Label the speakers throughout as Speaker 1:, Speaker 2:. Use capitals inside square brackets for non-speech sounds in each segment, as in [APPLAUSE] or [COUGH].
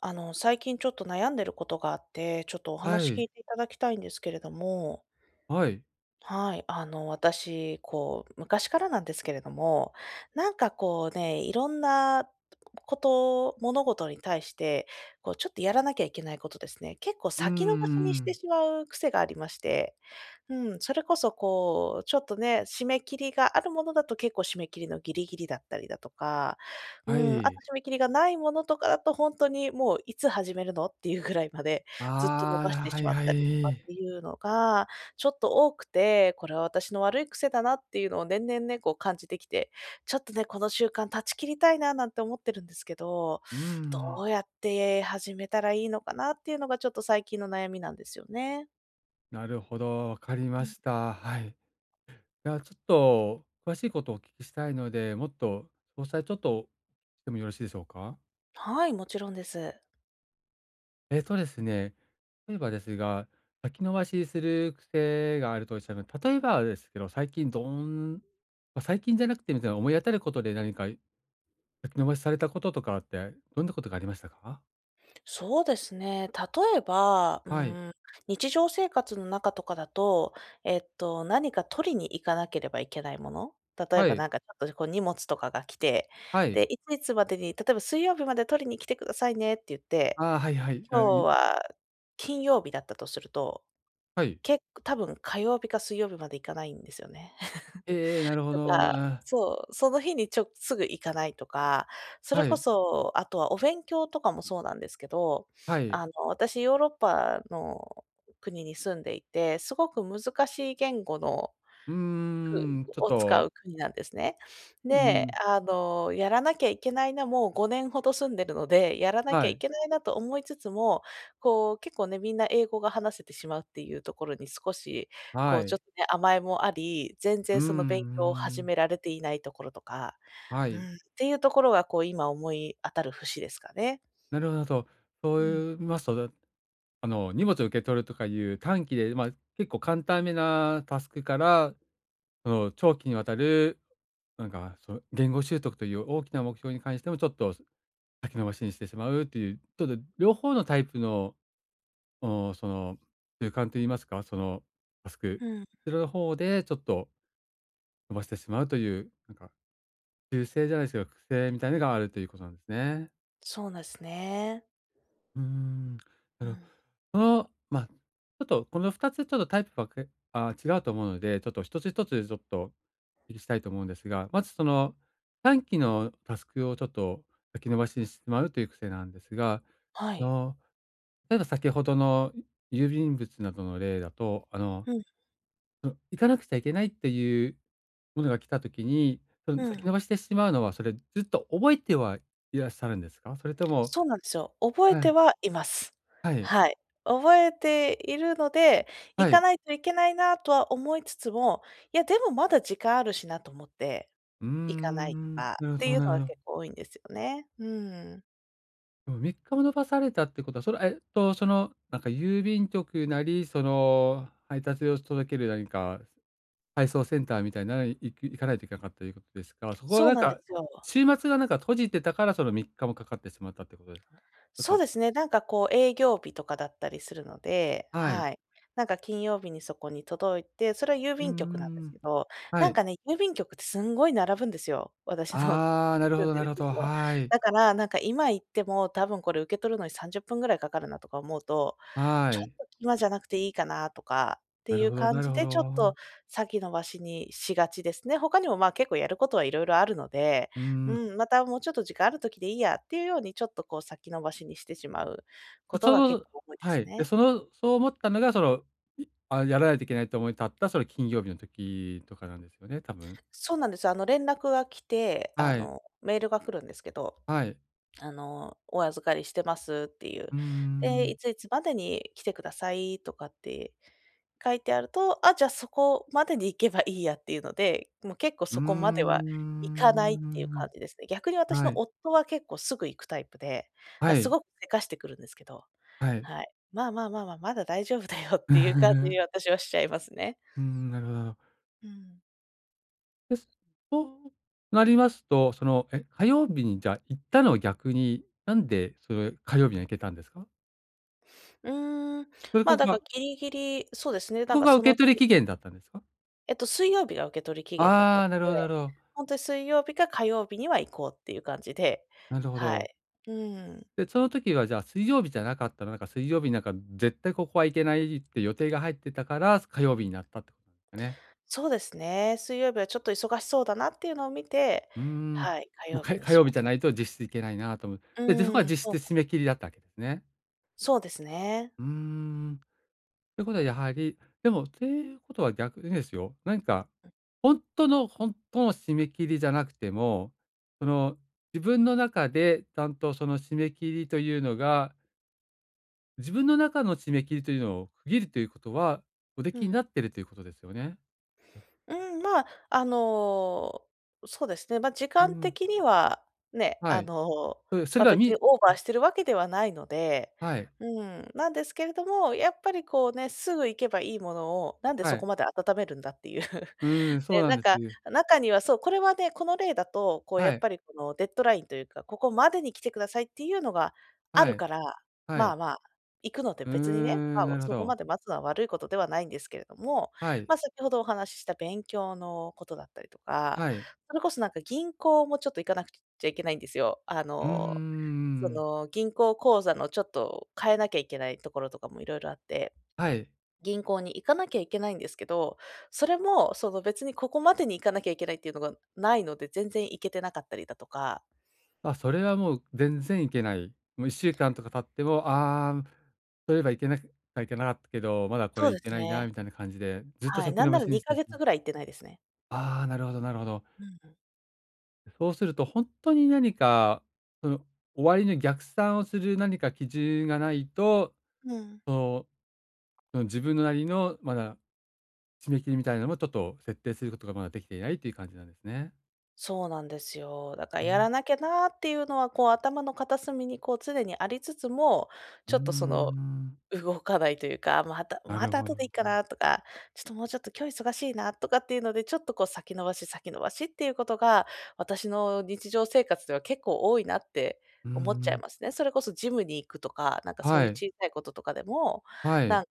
Speaker 1: 最近ちょっと悩んでることがあって、ちょっとお
Speaker 2: は
Speaker 1: 話聞い
Speaker 2: い。
Speaker 1: ていただきたいんですけれども。
Speaker 2: はい。
Speaker 1: はい、私、昔からなんですけれども、なんかこうね、いろんなこと、物事に対して、ちょっとやらなきゃいけないことですね、結構
Speaker 2: うんうん
Speaker 1: 先延ばしに
Speaker 2: う
Speaker 1: して
Speaker 2: ん。
Speaker 1: しまう癖がありまして、うん、それこそこう、ちょっとね、締め切りがあるものだと結構締め切りのギリギリだったりだとか、う
Speaker 2: は
Speaker 1: ん、あと
Speaker 2: い。
Speaker 1: 締め切りがないものとかだと本当にもういつ始めるのっていうぐらいまでずっと延ばし
Speaker 2: ああ、
Speaker 1: て
Speaker 2: は
Speaker 1: し
Speaker 2: い
Speaker 1: まっ
Speaker 2: は
Speaker 1: たりとかっ
Speaker 2: い。
Speaker 1: ていうのが、ちょっと多くて、これは私の悪い癖だなっていうのを年々ね、こう感じてきて、ちょっとね、この習慣断ち切りたいななんて思ってるんですけど、
Speaker 2: う
Speaker 1: ど
Speaker 2: ん。
Speaker 1: うやって始めたらいいのかなっていうのがちょっと最近の悩みなんですよね。
Speaker 2: なるほど、わかり
Speaker 1: う
Speaker 2: ま
Speaker 1: ん、
Speaker 2: した。はい。ではちょっと詳しいことをお聞きしたいので、もっと詳細ちょっとしてもよろしいでしょうか？
Speaker 1: はい、もちろんです。
Speaker 2: えっとですね、例えばですが、先延ばしする癖があるとおっしゃるので、例えばですけど、最近どんまあ、最近じゃなくてみたいな思い当たることで何か先延ばしされたこととかって、どんなことがありましたか？
Speaker 1: そうですね。例えば、う
Speaker 2: はい。
Speaker 1: ん、日常生活の中とかだと、何か取りに行かなければいけないもの、例え
Speaker 2: は
Speaker 1: ば
Speaker 2: い。
Speaker 1: なんかちょっとこう荷物とかが来て、
Speaker 2: は
Speaker 1: で、
Speaker 2: い。
Speaker 1: いついつまでに、例えば「水曜日まで取りに来てくださいね」って言って、
Speaker 2: ああ、はいはい。
Speaker 1: 今
Speaker 2: あ
Speaker 1: 日
Speaker 2: い
Speaker 1: は金曜日だったとすると、
Speaker 2: はい。
Speaker 1: 結構多分火曜日か水曜日まで行かないんですよね。
Speaker 2: ええなるほ
Speaker 1: と
Speaker 2: ど。
Speaker 1: か、
Speaker 2: あ
Speaker 1: そう、その日にちょすぐ行かないとか、それ
Speaker 2: は
Speaker 1: こ
Speaker 2: い、
Speaker 1: そ、あとはお勉強とかもそうなんですけど、
Speaker 2: はい。
Speaker 1: 私ヨーロッパの国に住んでいて、すごく難しい言語の
Speaker 2: うー
Speaker 1: く
Speaker 2: ん、ちょっ
Speaker 1: を使
Speaker 2: と、
Speaker 1: う国なんですね。
Speaker 2: うー
Speaker 1: で、
Speaker 2: ん、
Speaker 1: やらなきゃいけないな、もう5年ほど住んでるので、やらなきゃ
Speaker 2: は
Speaker 1: い
Speaker 2: い、
Speaker 1: けないなと思いつつも、こう、結構ね、みんな英語が話せてしまうっていうところに少し、こ
Speaker 2: は
Speaker 1: う、ちょっ
Speaker 2: い。
Speaker 1: とね、甘えもあり、全
Speaker 2: うー
Speaker 1: 然
Speaker 2: んう
Speaker 1: その勉強を
Speaker 2: ん
Speaker 1: 始
Speaker 2: ん。
Speaker 1: められていないところとか、
Speaker 2: は
Speaker 1: う
Speaker 2: い。
Speaker 1: ん、っていうところが、こう、今思い当たる節ですかね。
Speaker 2: なるほどなるほど。そ
Speaker 1: うん、
Speaker 2: う言いますと、だあの、荷物を受け取るとかいう短期で、まあ、結構簡単めなタスクから、その、長期にわたる、なんか、その、言語習得という大きな目標に関しても、ちょっと先延ばしにしてしまうっていう、ちょっと両方のタイプのおお、その、習慣といいますか、そのタスク、
Speaker 1: うん、
Speaker 2: そちらの方でちょっと伸ばしてしまうという、なんか修正じゃないですけど、癖みたいなのがあるということなんですね。
Speaker 1: そうなんですね。
Speaker 2: うーん、
Speaker 1: う
Speaker 2: なる
Speaker 1: ん、
Speaker 2: ほど。その、まあ、ちょっとこの2つちょっとタイプはけあ、違うと思うので、ちょっと一つ一つちょっとお聞きしたいと思うんですが、まずその短期のタスクをちょっと先延ばしにしてしまうという癖なんですが、
Speaker 1: は
Speaker 2: あ
Speaker 1: い。
Speaker 2: の、例えば先ほどの郵便物などの例だと、あの
Speaker 1: うん、
Speaker 2: その、行かなくちゃいけないっていうものが来た時に、その、
Speaker 1: うん。
Speaker 2: 先延ばしてしまうのは、それ、ずっと覚えてはいらっしゃるんですか？それとも
Speaker 1: そうなんですよ。覚え
Speaker 2: は
Speaker 1: て
Speaker 2: い、
Speaker 1: はいます。
Speaker 2: はい、
Speaker 1: はい。覚えているので、行
Speaker 2: は
Speaker 1: か
Speaker 2: い。
Speaker 1: ないといけないなとは思いつつも、いや、でもまだ時間あるしなと思って、
Speaker 2: うー
Speaker 1: 行かないと
Speaker 2: ん、
Speaker 1: かっ
Speaker 2: なる
Speaker 1: て
Speaker 2: ほ
Speaker 1: い
Speaker 2: ど
Speaker 1: う
Speaker 2: な
Speaker 1: の
Speaker 2: る
Speaker 1: が
Speaker 2: ほど。
Speaker 1: 結構多いんですよね。うん。
Speaker 2: でも3日も延ばされたってことは、それ、その、なんか郵便局なり、その、配達を届ける何か配送センターみたいなのに行かないといけなかったということですが、そこは
Speaker 1: そう
Speaker 2: なん
Speaker 1: なんで
Speaker 2: か、
Speaker 1: すよ。
Speaker 2: 週末がなんか閉じてたから、その3日もかかってしまったってことですか？と
Speaker 1: そう
Speaker 2: か
Speaker 1: ですね、なんかこう営業日とかだったりするので、
Speaker 2: はい。
Speaker 1: はい。なんか金曜日にそこに届いて、それは郵
Speaker 2: うー
Speaker 1: 便局なんです
Speaker 2: ん、
Speaker 1: けど、
Speaker 2: は
Speaker 1: なん
Speaker 2: い。
Speaker 1: かね、郵便局ってすんごい並ぶんですよ、私の
Speaker 2: ああ、な
Speaker 1: [LAUGHS]
Speaker 2: る
Speaker 1: 住
Speaker 2: ほ
Speaker 1: ん
Speaker 2: ど
Speaker 1: で
Speaker 2: な
Speaker 1: る
Speaker 2: るほ
Speaker 1: 国
Speaker 2: ど。
Speaker 1: も。
Speaker 2: はい。
Speaker 1: だから、なんか今行っても多分これ受け取るのに30分ぐらいかかるなとか思うと、
Speaker 2: は
Speaker 1: ちょっ
Speaker 2: い。
Speaker 1: と今じゃなくていいかなとかって
Speaker 2: な
Speaker 1: い
Speaker 2: る
Speaker 1: う
Speaker 2: ほど
Speaker 1: 感
Speaker 2: なる
Speaker 1: じ
Speaker 2: ほ
Speaker 1: で、ちょっ
Speaker 2: ど。
Speaker 1: と先延ばしにしがちですね。他にもまあ結構やることはいろいろあるので、
Speaker 2: う
Speaker 1: う
Speaker 2: ーん。
Speaker 1: ん、またもうちょっと時間ある時でいいやっていうように、ちょっとこう先延ばしにしてしまうこと
Speaker 2: そ
Speaker 1: が結
Speaker 2: の
Speaker 1: 構多いで
Speaker 2: は
Speaker 1: す
Speaker 2: い。で、
Speaker 1: ね。
Speaker 2: その、そう思ったのが、その、いあ、やらないといけないと思い立った、その金曜日の時とかなんですよね、多分。
Speaker 1: そうなんです。連絡が来て、
Speaker 2: はい。
Speaker 1: メールが来るんですけど、
Speaker 2: はい。
Speaker 1: お預かりしてますっていう。
Speaker 2: うー
Speaker 1: で、い
Speaker 2: ん。
Speaker 1: ついつまでに来てくださいとかって書いてあると、あ、じゃあそこまでに行けばいいやっていうので、もう結構
Speaker 2: うー
Speaker 1: そこまでは行かないっていう
Speaker 2: ん。
Speaker 1: 感じですね。逆に私
Speaker 2: は
Speaker 1: の
Speaker 2: い。
Speaker 1: 夫は結構すぐ行くタイプで、
Speaker 2: は
Speaker 1: あ、す
Speaker 2: い。
Speaker 1: ごく急かしてくるんですけど、
Speaker 2: はい。
Speaker 1: はい。まあまあまあまあ、まだ大丈夫だよっていう感じに
Speaker 2: [LAUGHS]
Speaker 1: 私はしちゃいますね。
Speaker 2: うん、なるほどなるほど。
Speaker 1: うん。
Speaker 2: です。となりますと、その、え、火曜日にじゃあ行ったのを逆に、なんでそれ火曜日には行けたんですか？
Speaker 1: うーん、
Speaker 2: それ
Speaker 1: まあ、
Speaker 2: こ
Speaker 1: だか
Speaker 2: が
Speaker 1: らギリギリ、そうですね、
Speaker 2: そ
Speaker 1: なん
Speaker 2: こ
Speaker 1: か
Speaker 2: が
Speaker 1: そ
Speaker 2: 受け
Speaker 1: の
Speaker 2: 取り
Speaker 1: 日
Speaker 2: 期限だったんですか？
Speaker 1: 水曜日が受け取り期限だったの
Speaker 2: ああ、なるほどな
Speaker 1: で、
Speaker 2: るほど。
Speaker 1: ほんとに水曜日か火曜日には行こうっていう感じで、
Speaker 2: なるほ
Speaker 1: は
Speaker 2: ど。
Speaker 1: い。うん。
Speaker 2: で、その時はじゃあ水曜日じゃなかったら、なんか水曜日なんか絶対ここは行けないって予定が入ってたから、火曜日になったってことなんですかね。
Speaker 1: そうですね。水曜日はちょっと忙しそうだなっていうのを見て、
Speaker 2: うーん。
Speaker 1: はい、火
Speaker 2: もう
Speaker 1: 曜日
Speaker 2: か
Speaker 1: に
Speaker 2: 火
Speaker 1: し
Speaker 2: 曜
Speaker 1: ま
Speaker 2: 日じ
Speaker 1: し
Speaker 2: ゃ
Speaker 1: た。
Speaker 2: ないと実質行けないなと思う。で、で、そこは
Speaker 1: うん、そ
Speaker 2: 実質締
Speaker 1: う、
Speaker 2: め切りだったわけですね。
Speaker 1: そうですね。
Speaker 2: うーん。ということはやはり、でもていうことは逆にですよ、何か、本当の本当の締め切りじゃなくても、その、自分の中でちゃんとその締め切りというのが自分の中の締め切りというのを区切るということは、おで
Speaker 1: う
Speaker 2: きに
Speaker 1: ん。
Speaker 2: なってるということですよね？
Speaker 1: うん、まあ、そうですね、まあ、時
Speaker 2: う
Speaker 1: 間
Speaker 2: ん、
Speaker 1: 的には、ね、
Speaker 2: はい。それそれ
Speaker 1: まあ、
Speaker 2: では
Speaker 1: 別に
Speaker 2: み
Speaker 1: オーバーしてるわけではないので、
Speaker 2: はい、
Speaker 1: うん、なんですけれども、やっぱりこうね、すぐ行けばいいものを、なんでそ
Speaker 2: は
Speaker 1: こ
Speaker 2: い。
Speaker 1: まで温めるんだっていう。[LAUGHS]
Speaker 2: うーん、そ
Speaker 1: で、
Speaker 2: うな
Speaker 1: な
Speaker 2: ん
Speaker 1: ん
Speaker 2: で
Speaker 1: か、
Speaker 2: す。
Speaker 1: 中にはそう、これはね、この例だと、こうや
Speaker 2: は
Speaker 1: っ
Speaker 2: い、
Speaker 1: ぱりこのデッドラインというか、ここまでに来てくださいっていうのがあ
Speaker 2: は
Speaker 1: る
Speaker 2: い、
Speaker 1: から、
Speaker 2: は
Speaker 1: まあ
Speaker 2: い。
Speaker 1: まあ、行くので
Speaker 2: うー
Speaker 1: 別にね、ま
Speaker 2: ん、
Speaker 1: あ、
Speaker 2: なるほ
Speaker 1: そこま
Speaker 2: ど。
Speaker 1: で待つのは悪いことではないんですけれども、
Speaker 2: はい、
Speaker 1: まあ、先ほどお話しした勉強のことだったりとか、
Speaker 2: はい。
Speaker 1: それこそなんか銀行もちょっと行かなくちゃいけないんですよ。
Speaker 2: うー
Speaker 1: そ
Speaker 2: ん。
Speaker 1: の、銀行口座のちょっと変えなきゃいけないところとかもいろいろあって、
Speaker 2: はい。
Speaker 1: 銀行に行かなきゃいけないんですけど、それもその別にここまでに行かなきゃいけないっていうのがないので、全然行けてなかったりだとか、
Speaker 2: あ、それはもう全然いけない。もう1週間とか経っても、ああ、そういえばいけなくはいけなかったけど、まだこ
Speaker 1: そ
Speaker 2: れ
Speaker 1: うで
Speaker 2: いけ
Speaker 1: す
Speaker 2: ない
Speaker 1: ね。
Speaker 2: なみたいな感じで、ずっと
Speaker 1: はい、
Speaker 2: 先
Speaker 1: なん
Speaker 2: 延
Speaker 1: な
Speaker 2: ば
Speaker 1: ら
Speaker 2: しにし
Speaker 1: 2
Speaker 2: てし
Speaker 1: ヶ
Speaker 2: ま
Speaker 1: 月
Speaker 2: う。
Speaker 1: ぐらい行ってないですね。
Speaker 2: ああ、なるほどなるほど。
Speaker 1: うん。
Speaker 2: そうすると本当に何か、その、終わりの逆算をする何か基準がないと、
Speaker 1: うん、
Speaker 2: その、その自分のなりのまだ締め切りみたいなのもちょっと設定することがまだできていないという感じなんですね。
Speaker 1: そうなんですよ。だから
Speaker 2: う
Speaker 1: やら
Speaker 2: ん、
Speaker 1: なきゃなーっていうのは、こう頭の片隅にこう常にありつつも、
Speaker 2: う
Speaker 1: ちょ
Speaker 2: ー
Speaker 1: っとその、
Speaker 2: ん。
Speaker 1: 動かないというか、また
Speaker 2: な
Speaker 1: ま
Speaker 2: る
Speaker 1: た
Speaker 2: ほ
Speaker 1: 後でいい
Speaker 2: ど。
Speaker 1: かなとか、ちょっともうちょっと今日忙しいなとかっていうので、ちょっとこう先延ばし先延ばしっていうことが、私の日常生活では結構多いなって
Speaker 2: う
Speaker 1: 思っちゃい
Speaker 2: ん。
Speaker 1: ますね。それこそジムに行くとか、なんかそう
Speaker 2: は
Speaker 1: いう
Speaker 2: い
Speaker 1: 小さいこととかでも、
Speaker 2: は
Speaker 1: な
Speaker 2: い
Speaker 1: んか、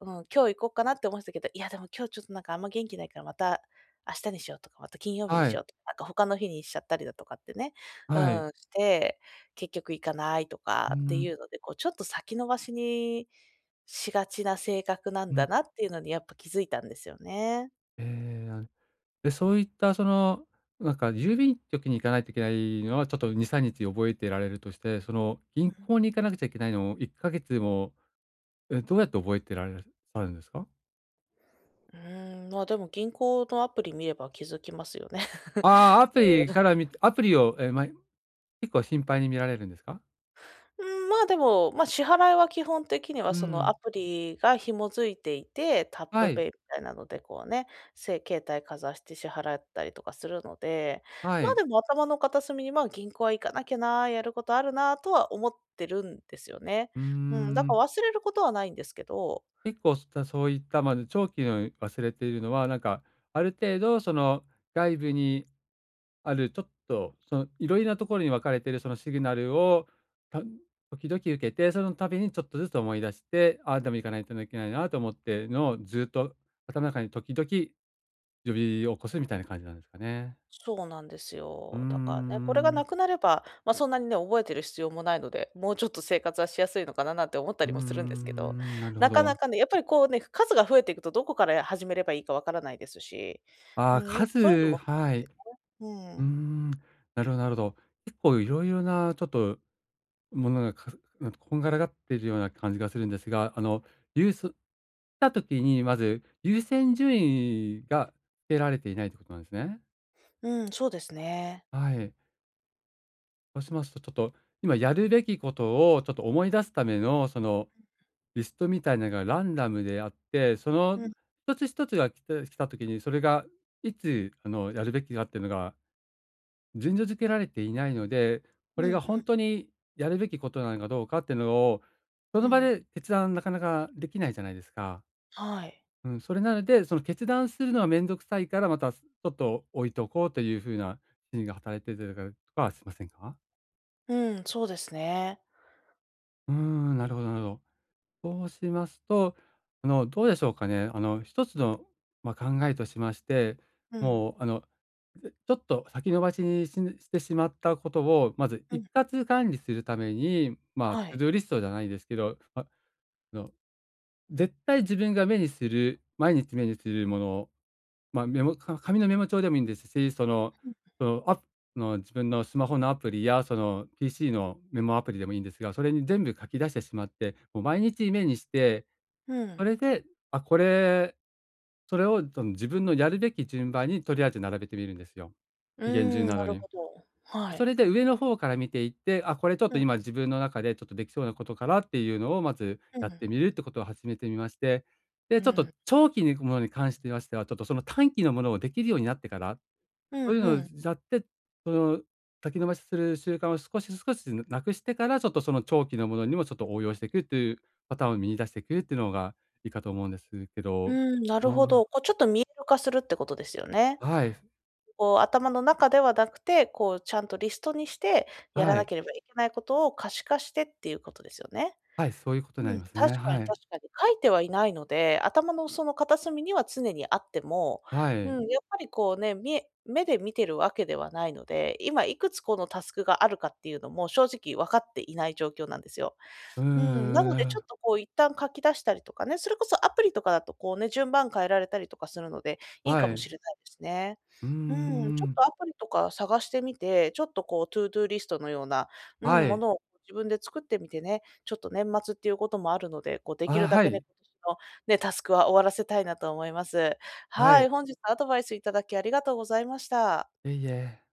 Speaker 1: うん、今日行こうかなって思ってたけど、いやでも今日ちょっとなんかあんま元気ないからまた明日にしようとか、また金曜日に
Speaker 2: は
Speaker 1: しよ
Speaker 2: い
Speaker 1: うとか、なんか他の日にしちゃったりだとかってね、う
Speaker 2: はいうん、
Speaker 1: ん、して結局行かないとかっていうので、こうちょっと先延ばしにしがちな性格なん
Speaker 2: う
Speaker 1: だ
Speaker 2: ん。
Speaker 1: なっていうのにやっぱ気づいたんですよね。
Speaker 2: ええ、あで、そういったその、なんか郵便局に行かないといけないのはちょっと2、3日覚えてられるとして、その銀
Speaker 1: うん。
Speaker 2: 行に行かなくちゃいけないのを1か月も、え、どうやって覚えてられるされるんですか？
Speaker 1: うーん、まあ、でも銀行のアプリ見れば気づきますよね。[LAUGHS]
Speaker 2: ああ、アプリから見てアプリを、え、ま、結構頻繁に見られるんですか？
Speaker 1: うん、まあ、でも、まあ、支払いは基本的には
Speaker 2: う
Speaker 1: そのア
Speaker 2: ん。
Speaker 1: プリが紐づいていて、タップ
Speaker 2: は
Speaker 1: ペイ
Speaker 2: い、
Speaker 1: みたいなのでこうね、せ携帯かざして支払ったりとかするので、
Speaker 2: は
Speaker 1: まあ、
Speaker 2: い。
Speaker 1: でも頭の片隅に、まあ、銀行は行かなきゃな、やることあるなとは思ってるんですよね。
Speaker 2: うー
Speaker 1: うん、だか
Speaker 2: ん、
Speaker 1: ら忘れることはないんですけど、
Speaker 2: 結構すたそういった、ま、長期の忘れているのは、なんか、ある程度その外部にある、ちょっと、その、いろいろなところに分かれているそのシグナルを、た時々受けて、その度にちょっとずつ思い出して、ああでも行かないといけないなと思ってのをずっと頭の中に時々呼び起こすみたいな感じなんですかね。
Speaker 1: そうなんです
Speaker 2: うー
Speaker 1: よ。だからね、これがな
Speaker 2: ん。
Speaker 1: くなれば、まあ、そんなにね、覚えてる必要もないので、もうちょっと生活はしやすいのかななんて思った
Speaker 2: うー
Speaker 1: りもするんですけど、
Speaker 2: ん、なるほ
Speaker 1: なかな
Speaker 2: ど。
Speaker 1: かね、やっぱりこうね、数が増えていくとどこから始めればいいかわからないですし、
Speaker 2: あ
Speaker 1: う
Speaker 2: あ、
Speaker 1: ん、なんかそういうの
Speaker 2: 数
Speaker 1: もあっ
Speaker 2: はい。う
Speaker 1: てね、う
Speaker 2: ー
Speaker 1: ん。
Speaker 2: ん、なるほどなるほど。結構いろいろなちょっと、ものが、かなんかこんがらがっているような感じがするんですが、あの、ゆうすた時にまず優先順位がつけられていないってことなんですね。
Speaker 1: うん、そうですね。
Speaker 2: はい。そうしますとちょっと、今やるべきことをちょっと思い出すための、その、リストみたいなのがランダムであって、その
Speaker 1: うん、
Speaker 2: 一つ一つが来た時に、それがいつ、あの、やるべきかっていうのが順序付けられていないので、
Speaker 1: う
Speaker 2: こ
Speaker 1: ん、
Speaker 2: れ
Speaker 1: う
Speaker 2: が
Speaker 1: ん、
Speaker 2: 本当にやるべきことなのかどうかっていうのを、そ
Speaker 1: う
Speaker 2: の場
Speaker 1: ん。
Speaker 2: で決断なかなかできないじゃないですか。
Speaker 1: はい。
Speaker 2: うん、それなので、その決断するのは面倒くさいから、またちょっと置いとこうというふうな心理が働いてたりとかはしませんか？
Speaker 1: うん、そうですね。
Speaker 2: うーん、なるほどなるほど。そうしますと、あの、どうでしょうかね。あの、一つの、まあ、考えとしまして、
Speaker 1: うん、
Speaker 2: もう、あのでちょっと先延ばしにしてしまったことを、まず
Speaker 1: う
Speaker 2: 一
Speaker 1: ん、
Speaker 2: 括管理するために、まあ、ト
Speaker 1: は
Speaker 2: ゥー
Speaker 1: い。
Speaker 2: ドゥーリストじゃないですけど、ああの、絶対自分が目にする、毎日目にするものを、まあ、メモか紙のメモ帳でもいいんですし、その、
Speaker 1: うん、
Speaker 2: その、アプの自分のスマホのアプリや、その PC のメモアプリでもいいんですが、それに全部書き出してしまって、もう毎日目にして、
Speaker 1: う
Speaker 2: そ
Speaker 1: ん。
Speaker 2: れで、あ、これ、それをその自分のやるべき順番にとりあえず並べてみるんですよ。
Speaker 1: う
Speaker 2: 期限順
Speaker 1: ん、
Speaker 2: な
Speaker 1: な
Speaker 2: ど
Speaker 1: る
Speaker 2: に。
Speaker 1: ほど。は
Speaker 2: そ
Speaker 1: い。
Speaker 2: れで上の方から見ていって、あ、これちょっ
Speaker 1: う
Speaker 2: と
Speaker 1: ん、
Speaker 2: 今自分の中でちょっとできそうなことからっていうのをまず
Speaker 1: うん、う
Speaker 2: やっ
Speaker 1: ん。
Speaker 2: てみるってことを始めてみまして、で、ちょっと長期のものに関してましては、ちょっとその短期のものをできるようになってから、
Speaker 1: う
Speaker 2: そういう
Speaker 1: ん、
Speaker 2: の
Speaker 1: う
Speaker 2: を
Speaker 1: ん。
Speaker 2: やって、その先延ばしする習慣を少し少しなくしてから、ちょっとその長期のものにもちょっと応用していくっていうパターンを見出していくっていうのがいいかと思うんですけ
Speaker 1: う
Speaker 2: ど、
Speaker 1: ん、なるほ
Speaker 2: もう
Speaker 1: ど。こうちょっと見える化するってことですよね。
Speaker 2: はい、
Speaker 1: こう頭の中ではなくて、こうちゃんとリストにして、やら
Speaker 2: は
Speaker 1: な
Speaker 2: い、
Speaker 1: ければいけないことを可視化してっていうことですよね。
Speaker 2: はい、そういうことにな
Speaker 1: う
Speaker 2: り
Speaker 1: ん、
Speaker 2: ます
Speaker 1: 確
Speaker 2: ね。
Speaker 1: か
Speaker 2: は
Speaker 1: に
Speaker 2: い、
Speaker 1: 確かに。書いてはいないので、頭のその片隅には常にあっても、
Speaker 2: は
Speaker 1: うん、
Speaker 2: い。
Speaker 1: やっぱりこうね、みえ目で見てるわけではないので、今いくつこのタスクがあるかっていうのも正直分かっていない状況なんですよ。
Speaker 2: う
Speaker 1: うん、な
Speaker 2: んん
Speaker 1: の
Speaker 2: な
Speaker 1: で
Speaker 2: る
Speaker 1: ち
Speaker 2: ほ
Speaker 1: ょっ
Speaker 2: ど
Speaker 1: とこう一旦書き出したりとかね、それこそアプリとかだとこうね、順番変えられたりとかするので、いい
Speaker 2: は
Speaker 1: かもし
Speaker 2: い。
Speaker 1: れないですね。
Speaker 2: うー
Speaker 1: うん、ちょっ
Speaker 2: ん。
Speaker 1: とアプリとか探してみて、ちょっとこう ToDo リストのような、う
Speaker 2: は
Speaker 1: ん、も
Speaker 2: い。
Speaker 1: のを自分で作ってみてね、ちょっと年末っていうこともあるので、こうでき
Speaker 2: あ、
Speaker 1: るだ
Speaker 2: は
Speaker 1: けね、
Speaker 2: い。
Speaker 1: 今年のね、タスクは終わらせたいなと思います。
Speaker 2: は
Speaker 1: はい、
Speaker 2: い。
Speaker 1: 本日アドバイスいただきありがとうございました。
Speaker 2: いえいえ。